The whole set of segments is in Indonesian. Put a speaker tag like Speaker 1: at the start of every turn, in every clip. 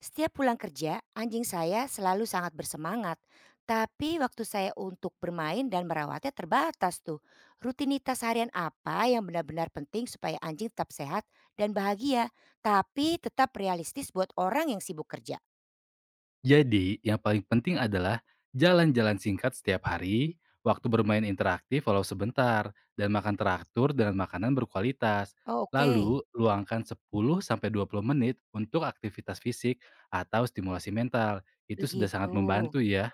Speaker 1: Setiap pulang kerja, anjing saya selalu sangat bersemangat. Tapi waktu saya untuk bermain dan merawatnya terbatas tuh. Rutinitas harian apa yang benar-benar penting supaya anjing tetap sehat dan bahagia, tapi tetap realistis buat orang yang sibuk kerja?
Speaker 2: Jadi, yang paling penting adalah jalan-jalan singkat setiap hari, waktu bermain interaktif walau sebentar, dan makan teratur dengan makanan berkualitas.
Speaker 1: Oh, oke,
Speaker 2: Lalu, luangkan 10-20 menit untuk aktivitas fisik atau stimulasi mental. Itu sudah
Speaker 1: begitu.
Speaker 2: sangat membantu ya.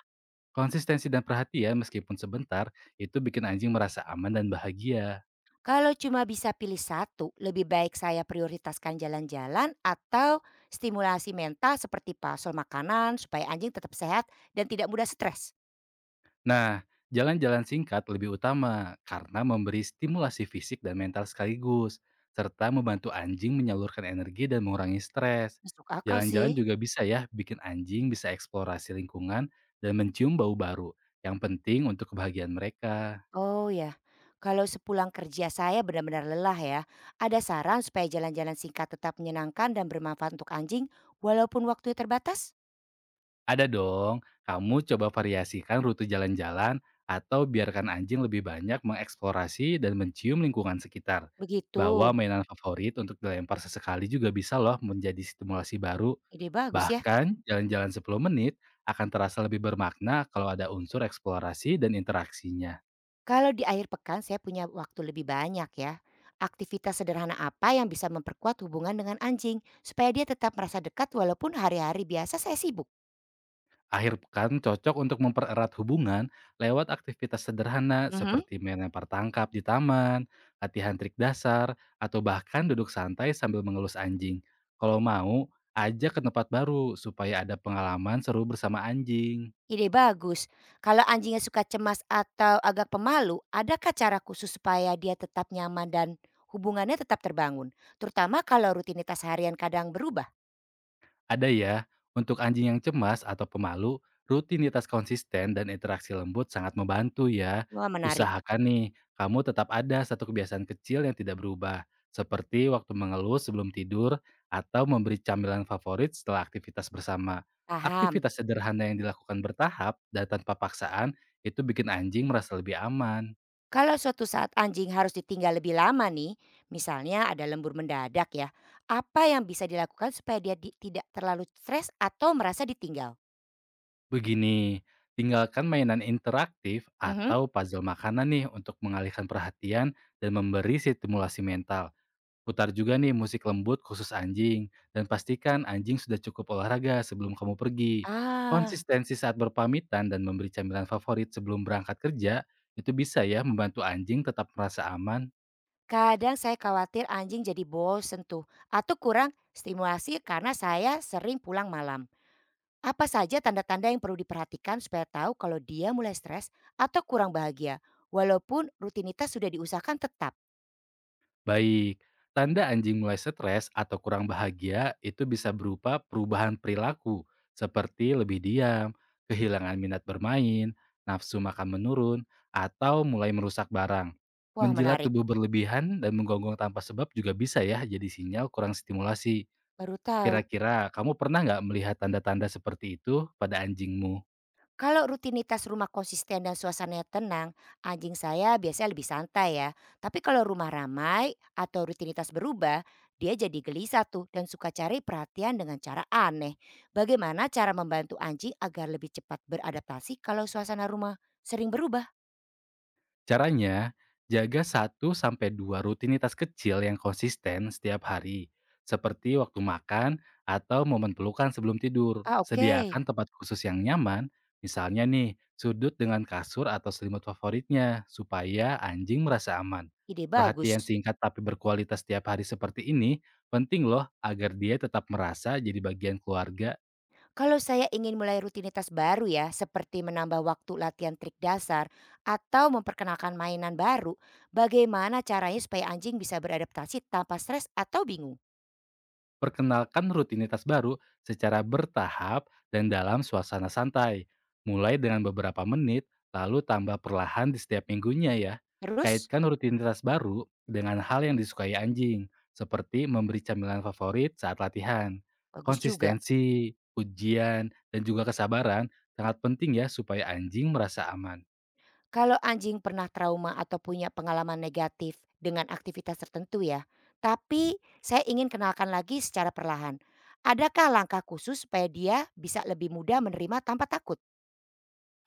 Speaker 2: Konsistensi dan perhatian meskipun sebentar, itu bikin anjing merasa aman dan bahagia.
Speaker 1: Kalau cuma bisa pilih satu, lebih baik saya prioritaskan jalan-jalan atau stimulasi mental seperti pasol makanan supaya anjing tetap sehat dan tidak mudah stres.
Speaker 2: Nah, jalan-jalan singkat lebih utama karena memberi stimulasi fisik dan mental sekaligus, serta membantu anjing menyalurkan energi dan mengurangi stres.
Speaker 1: Masuk akal sih.
Speaker 2: Jalan-jalan juga bisa ya bikin anjing bisa eksplorasi lingkungan dan mencium bau baru, yang penting untuk kebahagiaan mereka.
Speaker 1: Oh ya, kalau sepulang kerja saya benar-benar lelah ya. Ada saran supaya jalan-jalan singkat tetap menyenangkan dan bermanfaat untuk anjing walaupun waktunya terbatas?
Speaker 2: Ada dong, kamu coba variasikan rute jalan-jalan atau biarkan anjing lebih banyak mengeksplorasi dan mencium lingkungan sekitar.
Speaker 1: Begitu.
Speaker 2: Bawa mainan favorit untuk dilempar sesekali juga bisa loh menjadi stimulasi baru.
Speaker 1: Ide bagus ya.
Speaker 2: Bahkan jalan-jalan 10 menit akan terasa lebih bermakna kalau ada unsur eksplorasi dan interaksinya.
Speaker 1: Kalau di akhir pekan saya punya waktu lebih banyak ya. Aktivitas sederhana apa yang bisa memperkuat hubungan dengan anjing supaya dia tetap merasa dekat walaupun hari-hari biasa saya sibuk?
Speaker 2: Akhir pekan cocok untuk mempererat hubungan lewat aktivitas sederhana
Speaker 1: Mhm.
Speaker 2: seperti melempar tangkap di taman, latihan trik dasar, atau bahkan duduk santai sambil mengelus anjing. Kalau mau, ajak ke tempat baru supaya ada pengalaman seru bersama anjing.
Speaker 1: Ide bagus. Kalau anjingnya suka cemas atau agak pemalu, adakah cara khusus supaya dia tetap nyaman dan hubungannya tetap terbangun? Terutama kalau rutinitas harian kadang berubah.
Speaker 2: Ada ya, untuk anjing yang cemas atau pemalu, rutinitas konsisten dan interaksi lembut sangat membantu ya.
Speaker 1: Wah, menarik.
Speaker 2: Usahakan nih, kamu tetap ada satu kebiasaan kecil yang tidak berubah, seperti waktu mengeluh sebelum tidur atau memberi camilan favorit setelah aktivitas bersama.
Speaker 1: Paham.
Speaker 2: Aktivitas sederhana yang dilakukan bertahap dan tanpa paksaan itu bikin anjing merasa lebih aman.
Speaker 1: Kalau suatu saat anjing harus ditinggal lebih lama nih, misalnya ada lembur mendadak ya, apa yang bisa dilakukan supaya dia tidak terlalu stres atau merasa ditinggal?
Speaker 2: Begini, tinggalkan mainan interaktif
Speaker 1: Mhm.
Speaker 2: atau puzzle makanan nih untuk mengalihkan perhatian dan memberi stimulasi mental. Putar juga nih musik lembut khusus anjing dan pastikan anjing sudah cukup olahraga sebelum kamu pergi.
Speaker 1: Ah.
Speaker 2: Konsistensi saat berpamitan dan memberi camilan favorit sebelum berangkat kerja itu bisa ya membantu anjing tetap merasa aman.
Speaker 1: Kadang saya khawatir anjing jadi bosen tuh, atau kurang stimulasi karena saya sering pulang malam. Apa saja tanda-tanda yang perlu diperhatikan supaya tahu kalau dia mulai stres atau kurang bahagia, walaupun rutinitas sudah diusahakan tetap?
Speaker 2: Baik, tanda anjing mulai stres atau kurang bahagia itu bisa berupa perubahan perilaku, seperti lebih diam, kehilangan minat bermain, nafsu makan menurun, atau mulai merusak barang.
Speaker 1: Wah,
Speaker 2: Menjilat
Speaker 1: menarik,
Speaker 2: tubuh berlebihan dan menggonggong tanpa sebab juga bisa ya jadi sinyal kurang stimulasi.
Speaker 1: baru tahu.
Speaker 2: Kira-kira kamu pernah nggak melihat tanda-tanda seperti itu pada anjingmu?
Speaker 1: Kalau rutinitas rumah konsisten dan suasananya tenang, anjing saya biasanya lebih santai ya. Tapi kalau rumah ramai atau rutinitas berubah, dia jadi gelisah tuh dan suka cari perhatian dengan cara aneh. Bagaimana cara membantu anjing agar lebih cepat beradaptasi kalau suasana rumah sering berubah?
Speaker 2: Caranya, jaga 1 sampai 2 rutinitas kecil yang konsisten setiap hari, seperti waktu makan atau momen pelukan sebelum tidur.
Speaker 1: Ah, oke,
Speaker 2: Sediakan tempat khusus yang nyaman, misalnya nih, sudut dengan kasur atau selimut favoritnya, supaya anjing merasa aman.
Speaker 1: ide bagus.
Speaker 2: Perhatian singkat tapi berkualitas setiap hari seperti ini penting loh agar dia tetap merasa jadi bagian keluarga.
Speaker 1: Kalau saya ingin mulai rutinitas baru ya, seperti menambah waktu latihan trik dasar atau memperkenalkan mainan baru, bagaimana caranya supaya anjing bisa beradaptasi tanpa stres atau bingung?
Speaker 2: Perkenalkan rutinitas baru secara bertahap dan dalam suasana santai. Mulai dengan beberapa menit, lalu tambah perlahan di setiap minggunya ya.
Speaker 1: Terus,
Speaker 2: Kaitkan rutinitas baru dengan hal yang disukai anjing, seperti memberi camilan favorit saat latihan.
Speaker 1: bagus juga.
Speaker 2: Konsistensi, ujian, dan juga kesabaran sangat penting ya supaya anjing merasa aman.
Speaker 1: Kalau anjing pernah trauma atau punya pengalaman negatif dengan aktivitas tertentu ya, tapi saya ingin kenalkan lagi secara perlahan. Adakah langkah khusus supaya dia bisa lebih mudah menerima tanpa takut?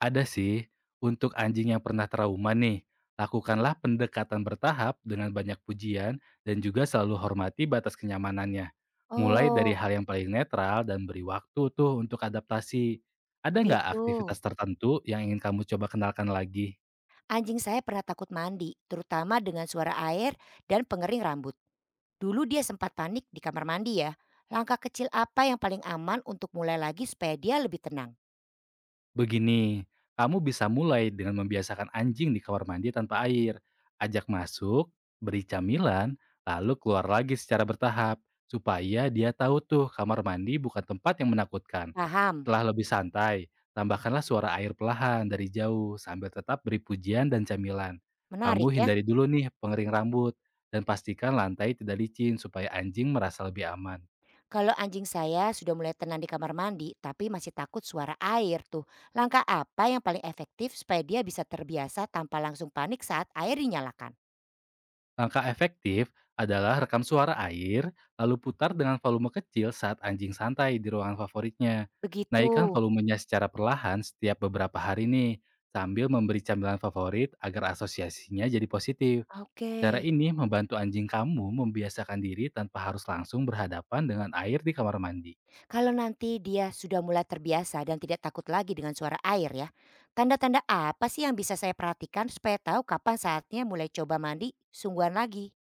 Speaker 2: Ada sih, untuk anjing yang pernah trauma nih, lakukanlah pendekatan bertahap dengan banyak pujian dan juga selalu hormati batas kenyamanannya. Mulai dari
Speaker 1: Oh,
Speaker 2: hal yang paling netral dan beri waktu tuh untuk adaptasi. Ada nggak
Speaker 1: begitu.
Speaker 2: aktivitas tertentu yang ingin kamu coba kenalkan lagi?
Speaker 1: Anjing saya pernah takut mandi, terutama dengan suara air dan pengering rambut. Dulu dia sempat panik di kamar mandi ya. Langkah kecil apa yang paling aman untuk mulai lagi supaya dia lebih tenang?
Speaker 2: Begini, kamu bisa mulai dengan membiasakan anjing di kamar mandi tanpa air. Ajak masuk, beri camilan, lalu keluar lagi secara bertahap. Supaya dia tahu tuh kamar mandi bukan tempat yang menakutkan.
Speaker 1: Paham?
Speaker 2: Setelah lebih santai, tambahkanlah suara air perlahan dari jauh sambil tetap beri pujian dan camilan. Kamu
Speaker 1: Menarik ya.
Speaker 2: hindari dulu nih pengering rambut dan pastikan lantai tidak licin supaya anjing merasa lebih aman.
Speaker 1: Kalau anjing saya sudah mulai tenang di kamar mandi tapi masih takut suara air tuh. Langkah apa yang paling efektif supaya dia bisa terbiasa tanpa langsung panik saat air dinyalakan?
Speaker 2: Langkah efektif adalah rekam suara air, lalu putar dengan volume kecil saat anjing santai di ruangan favoritnya. Naikkan
Speaker 1: Begitu.
Speaker 2: volumenya secara perlahan setiap beberapa hari nih, sambil memberi camilan favorit agar asosiasinya jadi positif.
Speaker 1: Oke.
Speaker 2: Cara ini membantu anjing kamu membiasakan diri tanpa harus langsung berhadapan dengan air di kamar mandi.
Speaker 1: Kalau nanti dia sudah mulai terbiasa dan tidak takut lagi dengan suara air ya, tanda-tanda apa sih yang bisa saya perhatikan supaya tahu kapan saatnya mulai coba mandi sungguhan lagi?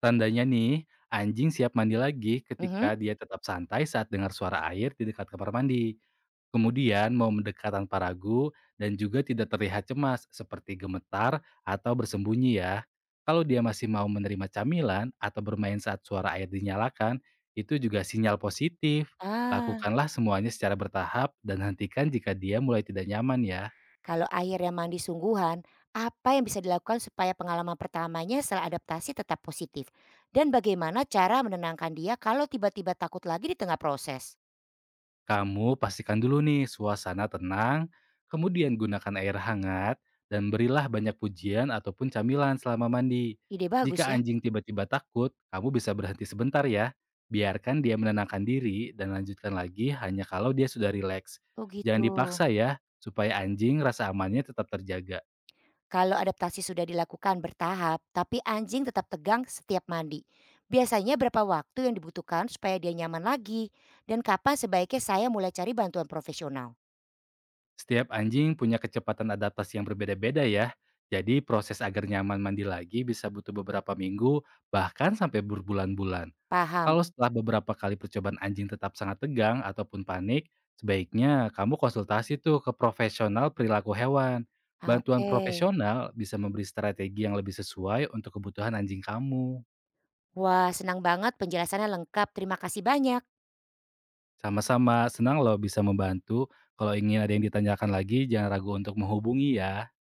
Speaker 2: Tandanya nih, anjing siap mandi lagi
Speaker 1: Mhm.
Speaker 2: ketika dia tetap santai saat dengar suara air di dekat kamar mandi. Kemudian mau mendekat tanpa ragu dan juga tidak terlihat cemas seperti gemetar atau bersembunyi ya. Kalau dia masih mau menerima camilan atau bermain saat suara air dinyalakan, itu juga sinyal positif.
Speaker 1: Ah,
Speaker 2: Lakukanlah semuanya secara bertahap dan hentikan jika dia mulai tidak nyaman ya.
Speaker 1: kalau air yang mandi sungguhan, apa yang bisa dilakukan supaya pengalaman pertamanya setelah adaptasi tetap positif? Dan bagaimana cara menenangkan dia kalau tiba-tiba takut lagi di tengah proses?
Speaker 2: Kamu pastikan dulu nih suasana tenang, kemudian gunakan air hangat, dan berilah banyak pujian ataupun camilan selama mandi.
Speaker 1: Ide
Speaker 2: Jika
Speaker 1: bagus ya.
Speaker 2: anjing tiba-tiba takut, kamu bisa berhenti sebentar ya. Biarkan dia menenangkan diri dan lanjutkan lagi hanya kalau dia sudah rileks.
Speaker 1: Oh gitu.
Speaker 2: Jangan dipaksa ya, supaya anjing rasa amannya tetap terjaga.
Speaker 1: Kalau adaptasi sudah dilakukan bertahap, tapi anjing tetap tegang setiap mandi. Biasanya berapa waktu yang dibutuhkan supaya dia nyaman lagi? Dan kapan sebaiknya saya mulai cari bantuan profesional?
Speaker 2: Setiap anjing punya kecepatan adaptasi yang berbeda-beda ya. Jadi proses agar nyaman mandi lagi bisa butuh beberapa minggu, bahkan sampai berbulan-bulan.
Speaker 1: Paham?
Speaker 2: Kalau setelah beberapa kali percobaan anjing tetap sangat tegang ataupun panik, sebaiknya kamu konsultasi tuh ke profesional perilaku hewan.
Speaker 1: Ah,
Speaker 2: Bantuan
Speaker 1: oke.
Speaker 2: profesional bisa memberi strategi yang lebih sesuai untuk kebutuhan anjing kamu.
Speaker 1: Wah, senang banget penjelasannya lengkap. Terima kasih banyak.
Speaker 2: Sama-sama, senang loh bisa membantu. Kalau ingin ada yang ditanyakan lagi, jangan ragu untuk menghubungi ya.